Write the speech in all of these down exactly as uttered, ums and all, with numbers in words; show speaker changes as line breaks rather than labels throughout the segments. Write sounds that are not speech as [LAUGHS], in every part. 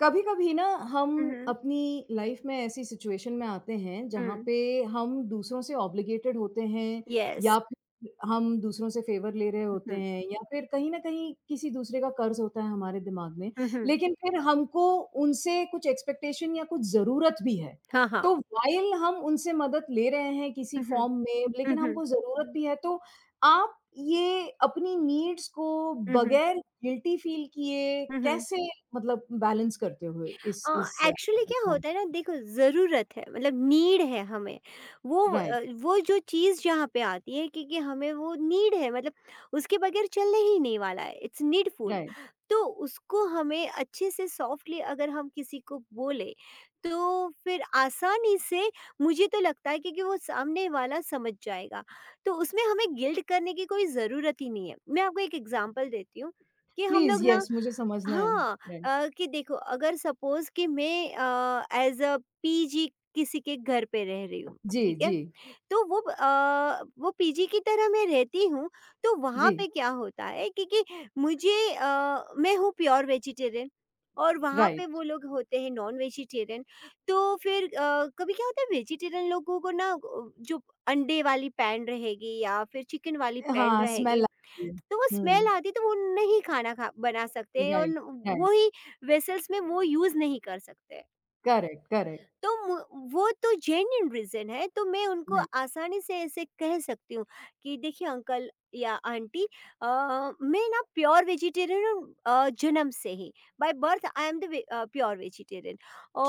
कभी कभी ना हम
Mhm,
अपनी लाइफ में ऐसी सिचुएशन में आते हैं जहाँ
mm,
पे हम दूसरों से ऑब्लिगेटेड होते हैं
yes,
या फिर हम दूसरों से फेवर ले रहे होते
mhm,
हैं या फिर कहीं ना कहीं किसी दूसरे का कर्ज होता है हमारे दिमाग में।
mhm,
लेकिन फिर हमको उनसे कुछ एक्सपेक्टेशन या कुछ ज़रूरत भी है।
haha,
तो वाइल हम उनसे मदद ले रहे हैं किसी
mhm,
फॉर्म में, लेकिन
mhm,
हमको ज़रूरत भी है, तो आप ये अपनी नीड्स को
mhm,
बगैर गिल्टी फील किए
mhm.
कैसे मतलब बैलेंस करते हुए इस इस अ,
एक्चुअली क्या
हाँ,
होता है ना देखो ज़रूरत है मतलब नीड है हमें वो
राइट,
अ, वो जो चीज़ जहाँ पे आती है क्योंकि हमें वो नीड है मतलब उसके बगैर चलने ही नहीं वाला है इट्स नीडफुल।
राइट।
तो उसको हमें अच्छे से सॉफ्टली अगर हम किसी को बोले तो फिर आसानी से मुझे तो लगता है क्योंकि वो सामने वाला समझ जाएगा। तो उसमें हमें गिल्ड करने की कोई ज़रूरत ही नहीं है। मैं आपको एक एग्जांपल देती हूँ कि हम लोग
प्लीज़
ना,
येस, मुझे समझना है।
हाँ
राइट।
अ, कि देखो अगर सपोज कि मैं अ, एज़ अ पीजी किसी के घर पे रह रही हूँ,
जी,
ठीक है?
जी,
तो वो अ, वो पीजी की तरह मैं रहती हूँ, तो वहाँ
जी,
पे क्या होता है क्योंकि मुझे अ, मैं हूँ प्योर वेजिटेरियन और वहाँ पे
राइट।
वो लोग होते हैं नॉन वेजिटेरियन। तो फिर अ, कभी क्या होता है वेजिटेरियन लोगों को ना अ, जो अंडे वाली पैन रहेगी या फिर चिकन वाली पैन
हाँ,
रहेगी
स्मेल आती है।
तो वो स्मेल
हुँ,
आती तो वो नहीं खाना खा बना सकते और
राइट,
न-
राइट।
वो ही वेसल्स में वो यूज़ नहीं कर सकते।
Correct, correct.
तो मु- वो तो जेन्यून रीज़न है तो मैं उनको
राइट,
आसानी से ऐसे कह सकती हूँ कि देखिए अंकल या आंटी, अ, मैं ना प्योर वेजिटेरियन हूँ अ, जन्म से ही, by birth I am the pure vegetarian.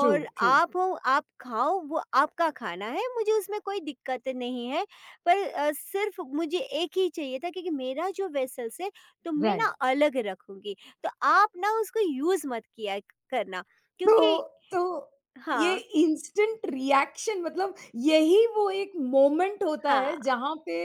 True, true,
आप हो आप खाओ वो आपका खाना है मुझे उसमें कोई दिक्कत नहीं है। पर अ, सिर्फ मुझे एक ही चाहिए था क्योंकि मेरा जो वेसल्स है तो मैं ना
राइट।
अलग रखूंगी, तो आप ना उसको यूज़ मत किया करना क्योंकि
तो तो ये
हाँ।
इंस्टेंट रिएक्शन, मतलब यही वो एक मोमेंट होता है
हाँ।
जहाँ पे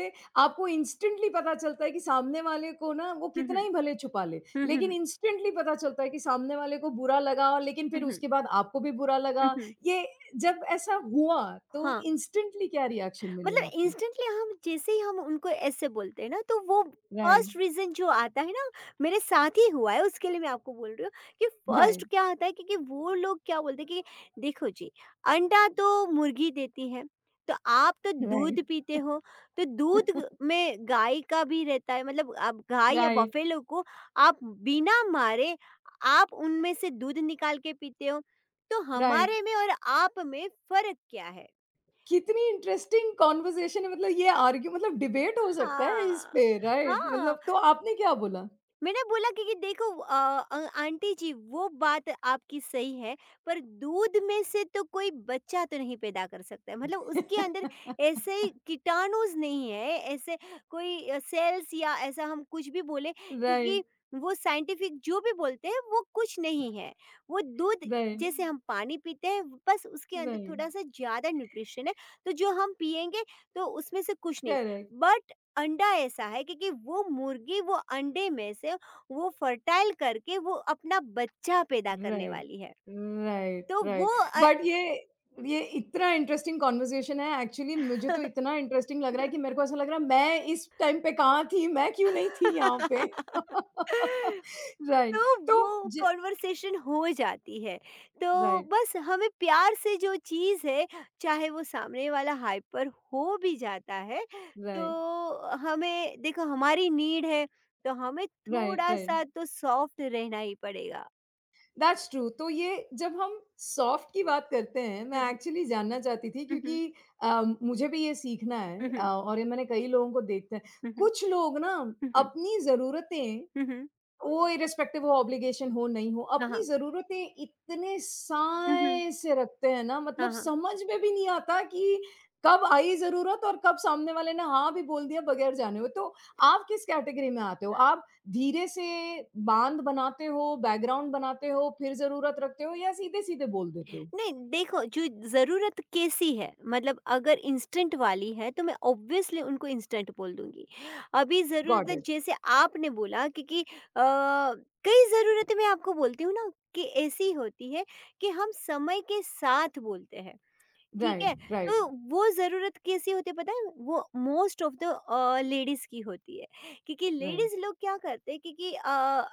आपको इंस्टेंटली पता चलता है कि सामने वाले को ना वो
हुँ, हुँ।
कितना ही भले छुपा ले,
हुँ, हुँ,
लेकिन
हुँ।
इंस्टेंटली पता चलता है कि सामने वाले को बुरा लगा, लेकिन
हुँ,
फिर
हुँ।
उसके बाद आपको भी बुरा
हुँ,
लगा।
हुँ।
ये जब ऐसा हुआ तो
हाँ,
इंस्टेंटली क्या रिएक्शन मिले
मतलब
आपको?
इंस्टेंटली हम जैसे ही हम उनको ऐसे बोलते हैं ना तो वो
राइट,
फर्स्ट रीजन जो आता है ना, मेरे साथ ही हुआ है उसके लिए मैं आपको बोल रही हूँ कि फर्स्ट
राइट,
क्या आता है क्योंकि वो लोग क्या बोलते हैं कि देखो जी, अंडा तो मुर्गी देती है तो आप तो दूध
राइट।
पीते हो, तो दूध
[LAUGHS]
में गाय का भी रहता है मतलब आप गाय या
राइट,
बफेलो को आप बिना मारे आप उनमें से दूध निकाल के पीते हो, तो
राइट।
हमारे में और आप में फर्क क्या है।
कितनी इंटरेस्टिंग कॉन्वर्सेशन है, मतलब ये आर्ग्यू, मतलब डिबेट हो सकता है इस
हाँ,
पे, राइट।
हाँ,
मतलब तो आपने क्या बोला?
मैंने बोला कि कि देखो अ अ, आंटी जी वो बात आपकी सही है, पर दूध में से तो कोई बच्चा तो नहीं पैदा कर सकता है। मतलब उसके अंदर
[LAUGHS]
ऐसे कीटाणुज़ नहीं है, ऐसे कोई अ, सेल्स या ऐसा हम कुछ भी बोले क्योंकि
राइट,
वो साइंटिफिक जो भी बोलते हैं वो कुछ नहीं है। वो दूध
राइट,
जैसे हम पानी पीते हैं, बस उसके अंदर
राइट,
थोड़ा-सा ज़्यादा न्यूट्रिशन है, तो जो हम पिएँगे तो उसमें से कुछ नहीं।
करेक्ट,
बट अंडा ऐसा है क्योंकि वो मुर्गी वो अंडे में से वो फर्टाइल करके वो अपना बच्चा पैदा करने
राइट,
वाली है।
राइट,
तो वो
राइट।
अ
बट ये ये इतना इंटरेस्टिंग कॉन्वर्सेशन है एक्चुअली, मुझे तो इतना इंटरेस्टिंग लग रहा है कि मेरे को ऐसा लग रहा है मैं इस टाइम पे कहाँ थी? मैं क्यों नहीं थी यहाँ पे?
[LAUGHS]
[LAUGHS]
तो
राइट। तो
वो
ज
कन्वर्सेशन हो जाती है। तो
राइट,
बस हमें प्यार से जो चीज़ है, चाहे वो सामने वाला हाइपर हो भी जाता है,
राइट,
तो हमें देखो हमारी नीड है, तो हमें
राइट, राइट।
थोड़ा-सा तो सॉफ्ट रहना ही पड़ेगा।
That's true. तो ये जब हम सॉफ्ट की बात करते हैं,
हुँ,
मैं
हुँ।
एक्चुअली जानना चाहती थी
हुँ, हुँ।
क्योंकि अ, मुझे भी ये सीखना
हुँ,
है अ,
हुँ।
और ये मैंने कई लोगों को देखा है।
हुँ, हुँ।
कुछ लोग ना
हुँ, हुँ।
अपनी ज़रूरतें,
हुँ, हुँ।
वो इर्रेस्पेक्टिव, वो ऑब्लिगेशन हो, नहीं हो,
हाँ,
अपनी
हाँ।
ज़रूरतें इतने
हुँ, हुँ।
साएँ से रखते हैं ना,
हाँ,
मतलब
हाँ।
समझ में भी नहीं आता कि कब आई ज़रूरत और कब सामने वाले ने हाँ भी बोल दिया बगैर जाने हुए। तो आप किस कैटेगरी में आते हो? आप धीरे से बाँध बनाते हो, बैकग्राउंड बनाते हो, फिर ज़रूरत रखते हो या सीधे-सीधे बोल देते हो?
नहीं, देखो जो ज़रूरत कैसी है, मतलब अगर इंस्टेंट वाली है तो मैं ऑब्वियसली उनको इंस्टेंट बोल दूँगी। अभी ज़रूरत
गॉट
है
इट।
जैसे आपने बोला क्योंकि अ, कई ज़रूरतें मैं आपको बोलती हूँ ना कि ऐसी होती है कि हम समय के साथ बोलते हैं। ठीक
राइट,
है,
राइट,
तो वो ज़रूरत कैसी होती है पता है? वो most of the uh, ladies की होती है, क्योंकि
राइट।
लेडीज़ लोग क्या करते हैं क्योंकि अ,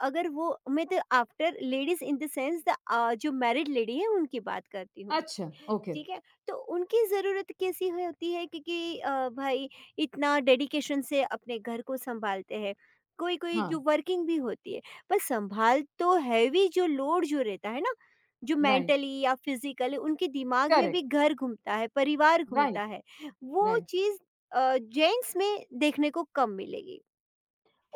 अगर वो, मैं तो after ladies in the sense the uh, जो मैरिड लेडी है उनकी बात करती हूँ।
अच्छा, ओके।
ठीक है? तो उनकी ज़रूरत कैसी हो- होती है क्योंकि अ, भाई इतना डेडिकेशन से अपने घर को सँभालते हैं। कोई-कोई
हाँ,
जो वर्किंग भी होती है, पर सँभाल तो हैवी जो लोड जो रहता है ना, जो
राइट।
मेंटली या फिजिकली उनके दिमाग में भी
करेक्ट।
घर घूमता है, परिवार घूमता
राइट,
है। वो
राइट।
चीज़ अ, जेंट्स में देखने को कम मिलेगी,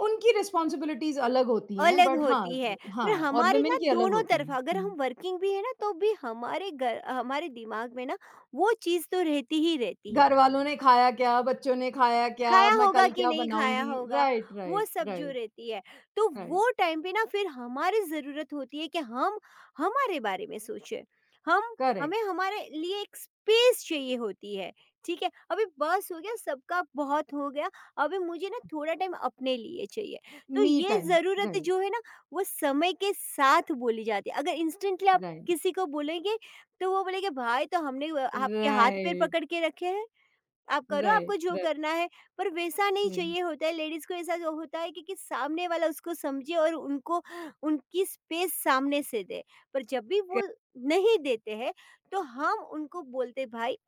उनकी रिस्पॉन्सिबिलिटीज़ अलग होती हैं,
अलग
बट हाँ
होती है। पर
हाँ, और
हमारी ना
वुमेन की अलग
दोनों
होती हैं।
तरफ़ अगर हम
हुँ,
वर्किंग भी है ना तो भी हमारे घर हमारे दिमाग में ना वो चीज़ तो रहती ही रहती है।
घर वालों ने खाया क्या? बच्चों ने खाया क्या?
खाया
मैं
होगा
कल
कि
क्या
नहीं खाया
बनाऊँगी?
होगा,
राइट,
वो
राइट,
सब जो
राइट,
रहती है। तो
राइट,
वो टाइम पे ना फिर हमारी ज़रूरत होती है कि हम हमारे बारे में सोचें। हम
करेक्ट,
हमें हमारे लिए एक स्पेस चाहिए होती है, ठीक है? अभी बस हो गया, सबका बहुत हो गया, अभी मुझे ना थोड़ा टाइम अपने लिए चाहिए। तो
मी
ये
टाइम,
ज़रूरत
राइट,
जो है ना, वो समय के साथ बोली जाती है। अगर इंस्टेंटली आप
राइट,
किसी को बोलेंगे, तो वो बोलेंगे, "भाई, तो हमने अ, आपके हाथ-पैर
राइट,
पकड़ के रखे हैं।" आप करो आपको
राइट,
जो
राइट,
करना है, पर वैसा नहीं
राइट।
चाहिए होता है लेडीज़ को। ऐसा जो होता है कि, कि सामने वाला उसको समझे और उनको उनकी स्पेस सामने से दे। पर जब भी वो नहीं देते हैं, तो हम उनको बोलते, भाई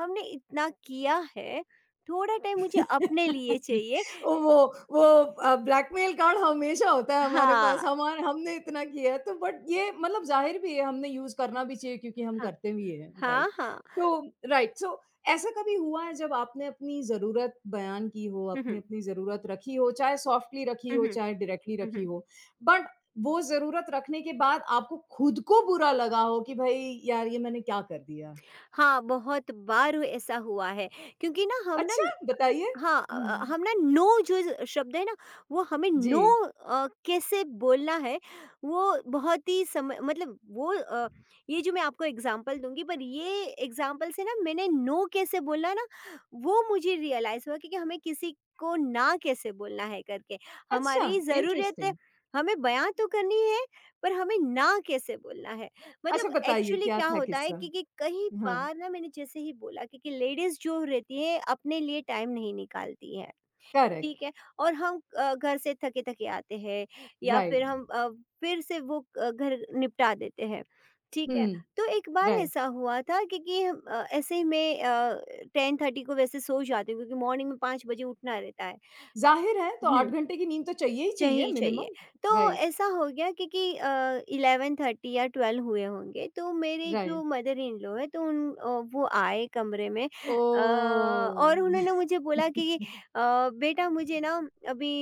हमने इतना किया है, थोड़ा टाइम मुझे
[LAUGHS]
अपने लिए चाहिए।
वो वो अ, ब्लैकमेल कार्ड हमेशा होता है हमारे पास,
हाँ।
हमार हमने इतना किया है तो। बट ये मतलब ज़ाहिर भी है, हमने यूज़ करना भी चाहिए क्योंकि हम
हाँ,
करते भी हैं, राइट।
हाँ, हाँ।
तो राइट, सो ऐसा कभी हुआ है जब आपने अपनी ज़रूरत बयान की हो,
हुँ,
आपने
हुँ।
अपनी ज़रूरत रखी हो, चाहे सॉफ्टली रखी
हुँ,
हो,
हुँ।
चाहे डायरेक्टली
हुँ,
रखी
हुँ।
हो, बट वो ज़रूरत रखने के बाद आपको खुद को बुरा लगा हो कि भई यार ये मैंने क्या कर दिया?
हाँ, बहुत बार ऐसा हुआ है क्योंकि ना हम ना,
अच्छा, बताइए?
हाँ अ, अ,
हुँ।
हम ना, नो जो ज- शब्द है ना, वो हमें
जी।
नो अ, कैसे बोलना है वो बहुत ही समय मतलब वो अ, ये जो मैं आपको एग्जांपल दूंगी, पर ये एग्जांपल से ना मैंने नो कैसे बोलना ना वो मुझे रियलाइज हुआ कि, कि हमें किसी को ना कैसे बोलना है करके,
अच्छा,
हमारी ज़रूरत है
इंटरेस्टिंग।
हमें बयां तो करनी है पर हमें ना कैसे बोलना है।
अच्छा
मतलब
बताइए
एक्चुअली
क्या
क्या
था
होता है
किस्सा?
कि, कि कई
हाँ,
बार ना मैंने जैसे ही बोला कि, कि लेडीज जो रहती है अपने लिए टाइम नहीं निकालती है,
करेक्ट,
ठीक है, और हम अ, घर से थके थके आते हैं या फिर
राइट,
हम अ, फिर से वो अ, घर निपटा देते हैं, ठीक है।
हुँ,
तो एक बार
राइट।
ऐसा हुआ था क्योंकि ऐसे ही मैं टेन थर्टी को वैसे सो जाती हूँ क्योंकि मॉर्निंग में पाँच बजे उठना रहता
ज़ाहिर है, तो आठ
है,
घंटे की नींद तो चाहिए ही चाहिए
चाहिए चाहिए।
मिनिमम,
तो
राइट,
ऐसा हो गया क्योंकि अ, इलेवन थर्टी या ट्वेल्व हुए होंगे तो मेरे जो
राइट।
मदर इन लॉ हैं तो उन अ, वो आए कमरे में, अ, और
ओह!
उन्होंने मुझे बोला कि अ, "बेटा मुझे ना अभी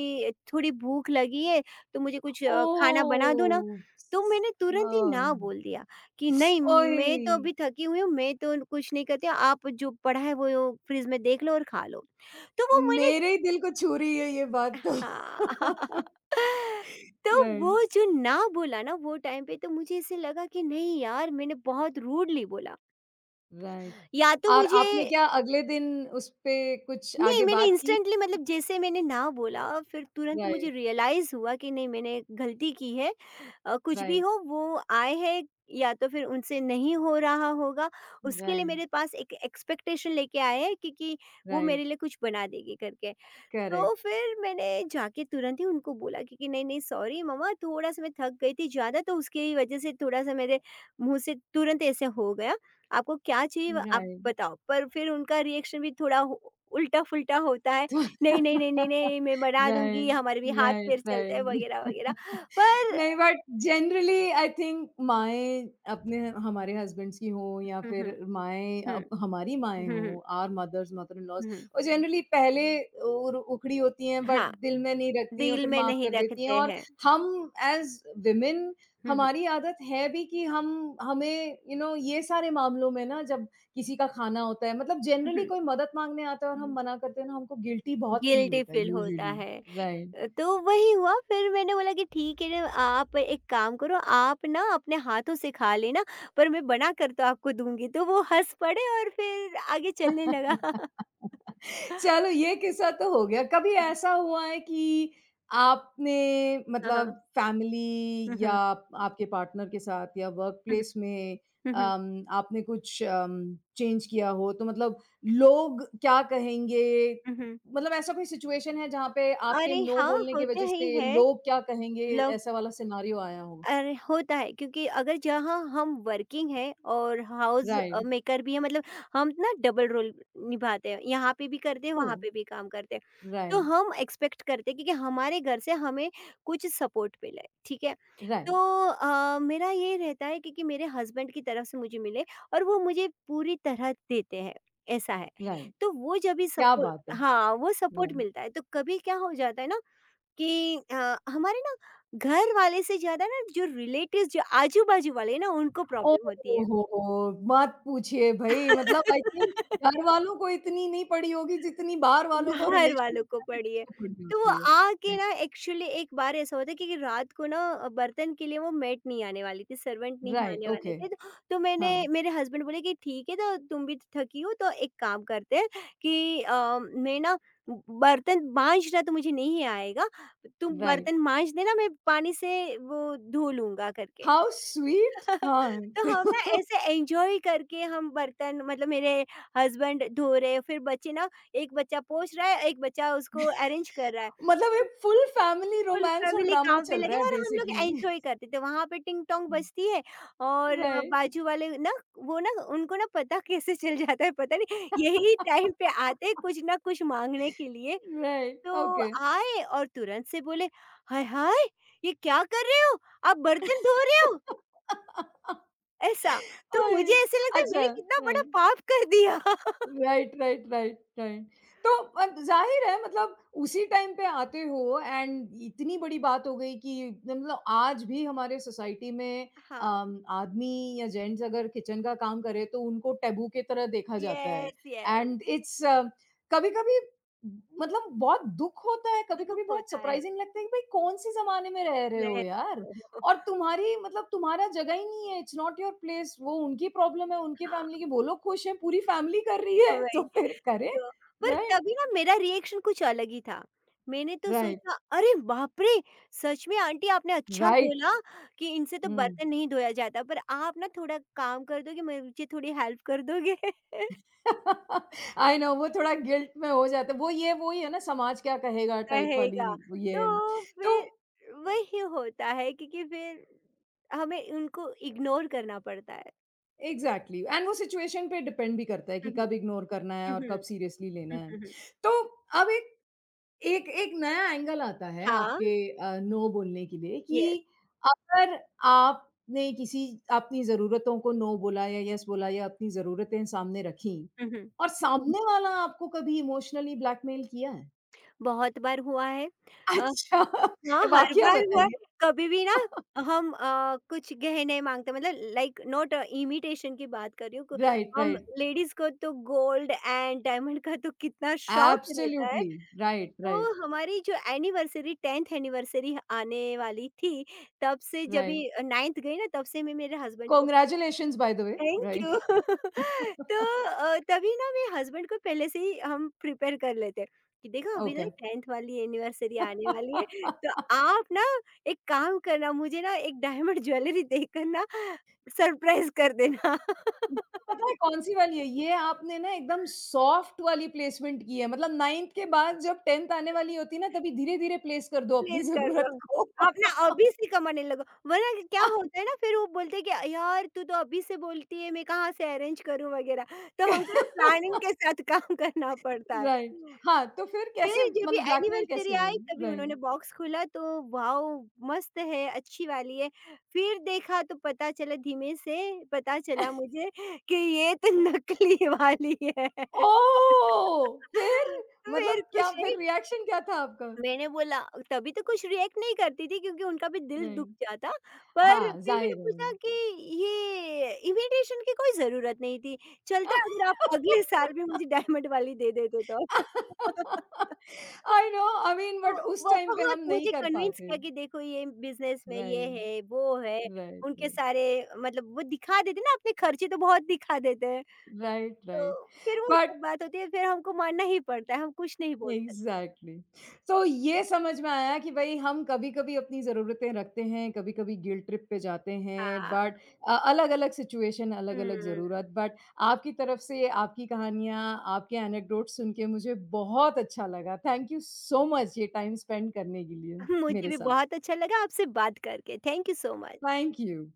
थोड़ी भूख लगी है तो मुझे कुछ अ, खाना बना दो ना।"
ओह!
तो मैंने
[LAUGHS]
तुरंत ही
हाँ,
ना बोल दिया कि नहीं
ओए!
मैं तो अभी थकी हुई हूँ, मैं तो कुछ नहीं करती, आप जो पड़ा है वो फ्रिज में देख लो और खा लो। तो वो मैंने,
मेरे ही दिल को छू रही है ये बात तो।
हाँ
[LAUGHS]
[LAUGHS] तो वो
राइट,
जो ना बोला ना वो टाइम पे तो मुझे ऐसे लगा कि नहीं यार मैंने बहुत रूडली बोला
राइट।
या तो
और आपने
मुझे,
क्या अगले दिन उसपे कुछ
नहीं
आगे
मैंने
बात की?
इंस्टेंटली मतलब जैसे मैंने ना बोला फिर तुरंत मुझे
राइट,
रियलाइज हुआ कि नहीं मैंने गलती की है, अ, कुछ भी
राइट,
हो वो आए है या तो फिर उनसे नहीं हो रहा होगा उसके लिए
राइट,
मेरे पास एक एक्सपेक्टेशन लेके आए हैं क्योंकि वो
राइट,
मेरे लिए कुछ बना देगी करके। तो
करेक्ट,
फिर मैंने जाके तुरंत ही उनको बोला कि, कि नहीं नहीं सॉरी मम्मा, थोड़ा-सा मैं थक गई थी ज़्यादा तो उसकी वजह से थोड़ा-सा मेरे मुँह से तुरंत ऐसे हो गया। आपको क्या चाहिए व आप
राइट।
बताओ। पर फिर उनका रिएक्शन भी थोड़ा हो उल्टा-फुल्टा होता है। नहीं, नहीं, नहीं, नहीं,
[LAUGHS]
नहीं मैं बना दूँगी
Right,
हमारे भी
right,
हाथ-पैर चलते हैं
right.
वगैरह, वगैरह।
[LAUGHS]
पर
नहीं, बट जनरली आई थिंक माएँ, अपने हमारे हस्बैंड्स की हों या
हुँ, हुँ,
फिर माएँ,
हुँ,
अब हमारी माएँ
हुँ, हुँ,
हों, our mothers, mother in laws,
हुँ,
वो जनरली पहले उर उखड़ी होती हैं, बट
हाँ,
दिल में नहीं रखती हैं और
दिल
फिर
में
माफ़
नहीं
कर देती हैं।
रखते
और
हैं।
हम एज़ वुमेन,
हुँ, हुँ,
हमारी आदत है भी कि हम हमें, यू नो, ये सारे मामलों में ना, जब किसी का खाना होता है मतलब
हुँ,
जनरली
हुँ,
कोई मदद माँगने आता है और हम
हुँ।
मना करते हैं ना, हमको गिल्टी बहुत फ़ील
गिल्टी
होता है
फील होता
यूजुअली,
है।
राइट।
तो वही हुआ फिर मैंने बोला कि ठीक है ना आप एक काम करो आप ना अपने हाथों से खा लेना पर मैं बना कर तो आपको दूंगी। तो वो हंस पड़े और फिर आगे चलने लगा। [LAUGHS]
[LAUGHS] चलो ये किस्सा तो हो गया। कभी ऐसा हुआ है कि आपने
हाँ,
मतलब
हाँ,
फैमिली
हम्म,
या
हम्म,
आपके पार्टनर के साथ या वर्क प्लेस में
हम्म,
अम, आपने कुछ अम, चेंज किया हो तो मतलब लोग क्या कहेंगे?
हम्म, हम्म।
मतलब ऐसा कोई सिचुएशन है जहाँ पे आपके
अरे
नो
हाँ
बोलने की
होता
वज़ह
ही
से
है,
लोग क्या कहेंगे?
लोग,
ऐसा वाला सिनेरियो आया हो?
अरे होता है क्योंकि अगर जहाँ हम वर्किंग है और हाउस
राइट,
मेकर भी है मतलब हम ना डबल रोल निभाते हैं, यहाँ पे भी करते हैं
ट्रू,
वहाँ पे भी काम करते हैं। तो
राइट,
हम एक्सपेक्ट करते हैं क्योंकि हमारे घर से हमें कुछ सपोर्ट मिले, ठीक है। तो
राइट,
अ, मेरा ये रहता है क्योंकि मेरे हस्बैंड की तरफ से मुझे मिले और वो मुझे पूरी तरह देते हैं, ऐसा है।
राइट।
तो वो जब भी
क्या
सपोर्ट,
बात है!
हाँ वो सपोर्ट मिलता है तो कभी क्या हो जाता है ना कि अ, हमारे ना घर वाले से ज़्यादा ना जो रिलेटिव्स जो आजू-बाजू वाले हैं ना उनको
ओह
प्रॉब्लम होती है।
हो, हो! मत पूछिए भई, मतलब आई थिंक
[LAUGHS]
घर वालों को इतनी नहीं पड़ी होगी जितनी बाहर वालों को,
बाहर
रिलेशन,
वालों को पड़ी
रिलेटिव्स
है।
को पड़ी
तो वो
होती है।
आके
जी,
ना एक्चुअली एक बार ऐसा होता है कि कि रात को ना अ, बर्तन के लिए वो मेड नहीं आने वाली थी, सर्वेंट नहीं आने
राइट,
[LAUGHS] वाले
ओके,
थे। तो तो मैंने,
हाँ,
मेरे हस्बैंड बोले कि ठीक है तो तुम भी थकी हो तो एक काम करते हैं कि अ, मैं ना बर्तन मांजना तो मुझे नहीं आएगा, तुम
राइट।
बर्तन मांज देना मैं पानी से वो धो लूँगा करके।
हाउ स्वीट,
[LAUGHS]
हाँ।
तो हम ना ऐसे एंजॉय करके हम बर्तन, मतलब मेरे हस्बैंड धो रहे हैं, फिर बच्चे ना एक बच्चा पोंछ रहा है, एक बच्चा उसको अरेंज कर रहा है।
[LAUGHS] मतलब
तो
एक फुल फैमिली
फुल
रोमांस और
फैमिली
ड्रामा
काम पे
चल
लगे
रहा है
और हम लोग
बेसिकली।
एंजॉय करते थे। वहाँ पे टिंग-टोंग बजती है और
राइट।
बाजू वाले ना, वो ना उनको ना पता [LAUGHS] कैसे चल जाता है पता नहीं यही टाइम पे आते हैं कुछ ना कुछ माँगने के लिए।
राइट,
तो
ओके।
आए और तुरंत से बोले, "हाय, हाय! ये क्या कर रहे हो? आप बर्तन धो रहे हो?"
[LAUGHS]
ऐसा, तो
ओए!
मुझे ऐसे लगता है
अच्छा,
मैंने कितना बड़ा
राइट।
पाप कर दिया। [LAUGHS]
Right, right, right, right. तो अब ज़ाहिर है, मतलब उसी टाइम पे आते हो, एंड इतनी बड़ी बात हो गई कि मतलब आज भी हमारे सोसाइटी में
हाँ,
अम, आदमी या जेंट्स अगर किचन का काम करे तो उनको टैबू की तरह देखा जाता है,
यस, यस,
एंड इट्स कभी-कभी मतलब बहुत दुःख होता है,
दुःख
कभी-कभी बहुत
होता है।
सरप्राइज़िंग लगता है कि भाई कौन-से ज़माने में रह रहे हो
रह
यार? और तुम्हारी मतलब तुम्हारा जगह ही नहीं है, इट्स नॉट योर प्लेस। वो उनकी प्रॉब्लम है, उनकी फैमिली
हाँ,
की, वो लोग खुश हैं, पूरी फैमिली कर रही है, [LAUGHS]
वही,
तो फिर करें,
तो पर
राइट?
तभी ना मेरा रिएक्शन कुछ अलग ही था। मैंने तो
राइट,
सोचा अरे बाप रे! सच में आंटी आपने अच्छा
राइट,
बोला कि इनसे तो
हुँ।
बर्तन नहीं धोया जाता, पर आप ना थोड़ा काम कर दोगे, मुझे थोड़ी हेल्प कर दोगे? [LAUGHS]
[LAUGHS] आई नो, वो थोड़ा गिल्ट में हो जाता है, वो ये वो ही है ना, समाज क्या कहेगा टाइप वाली।
रहेगा।
वो ये
तो
तो
फिर वही होता है क्योंकि फिर हमें उनको इग्नोर करना पड़ता है।
एग्ज़ैक्टली, एंड वो सिचुएशन पे डिपेंड भी करता है कि
हुँ, हुँ।
कब इग्नोर करना है
हुँ,
और कब
हुँ।
सीरियसली लेना
हुँ,
है।
हुँ, हुँ।
तो अब एक एक एक नया एंगल आता है
हाँ,
आपके अ, नो बोलने के लिए
येस।
कि अगर आपने किसी अपनी ज़रूरतों को नो बोला या येस बोला या अपनी ज़रूरतें सामने रखीं
हुँ, हुँ।
और सामने वाला आपको कभी इमोशनली ब्लैकमेल किया है?
बहुत बार हुआ है। अ,
अच्छा,
हाँ,
[LAUGHS] ये
[LAUGHS] हर
वाकया
बार हुआ है।
बताइए।
कभी भी ना
[LAUGHS]
हम अ, कुछ गहने माँगते हैं मतलब लाइक नॉट इमिटेशन की बात कर रही हूँ। क
राइट,
हम
राइट।
लेडीज़ को तो गोल्ड एंड डायमंड का तो कितना शौक रहता है।
एब्सोल्यूटली। राइट, राइट,
तो हमारी जो एनिवर्सरी, टेंथ एनिवर्सरी आने वाली थी, तब से जभी
राइट।
नाइंथ गई ना तब से मैं मेरे हस्बैंड को,
congratulations by the way.
Thank you
right.
[LAUGHS] तो
[LAUGHS]
अ, तभी ना मैं हस्बैंड को पहले से ही हम प्रिपेयर कर लेते हैं कि देखो अभी ना
ओके।
टेंथ वाली एनिवर्सरी आने वाली है, तो
[LAUGHS]
आप ना एक काम करना मुझे ना एक डायमंड ज्वेलरी देकर ना सरप्राइज कर देना।
पता है
[LAUGHS]
कौन-सी वाली है? ये आपने ना एकदम सॉफ्ट वाली प्लेसमेंट की है। मतलब नाइंथ के बाद जब टेंथ आने वाली होती है ना, तभी धीरे-धीरे प्लेस कर दो अपनी
प्लीज़ कर
ज़रूरत
दो।
को।
आप ना अभी से कमाने लगो, वरना क्या
[LAUGHS]
होता है ना फिर वो बोलते हैं कि यार तू तो अभी से बोलती है मैं कहाँ से अरेंज करूँ वगैरह। तो हमको ना प्लानिंग के साथ [LAUGHS] काम करना पड़ता है।
राइट। हाँ, तो फिर कैसे,
फिर जब भी
मतलब ब्लैकमेल
एनिवर्सरी
कैसे हुआ?
आई तभी उन्होंने
राइट।
बॉक्स खोला तो वॉव! मस्त है, अच्छी वाली है। फिर देखा तो पता चला धीमे से पता चला
[LAUGHS]
मुझे कि ये तो नकली वाली है।
ओह! फिर
[LAUGHS] फिर
मतलब क्या,
कुछ नहीं,
फिर रिएक्शन क्या था आपका?
मैंने बोला, तभी तो कुछ रिएक्ट नहीं करती थी क्योंकि उनका भी दिल दुख
राइट।
जाता। पर
हाँ,
फिर मैंने
ज़ाहिर है।
पूछा कि ये इमिटेशन की कोई ज़रूरत नहीं थी, चलता अगर आप अगले
[LAUGHS]
साल में मुझे डायमंड वाली दे देते तो। [LAUGHS]
आई नो, आई मीन,
तो
बट उस
वो
टाइम पे
बहुत
हम नहीं
मुझे
कर
कन्विंस
पाते।
किया कि देखो ये बिज़नेस में ये
राइट।
है, वो है,
राइट,
उनके
राइट,
सारे, मतलब वो दिखा देते हैं ना अपने खर्चे तो बहुत दिखा देते हैं,
राइट, राइट
तो फिर वो
बट
सब बात होती है फिर हमको मानना ही पड़ता है, हम कुछ नहीं बोल सकते।
एग्जैक्टली। तो ये समझ में आया कि भाई हम कभी कभी अपनी ज़रूरतें रखते हैं, कभी कभी गिल्ड ट्रिप पे जाते हैं,
हाँ।
बट अलग अलग सिचुएशन, अलग अलग
हुँ।
ज़रूरत। बट आपकी तरफ से आपकी कहानियाँ, आपके एनेक्डोट सुन के मुझे बहुत अच्छा लगा। थैंक यू सो मच ये टाइम स्पेंड करने के लिए
[LAUGHS] मुझे
मेरे
भी
साथ।
बहुत अच्छा लगा आपसे बात करके। Thank you so much.
Thank you.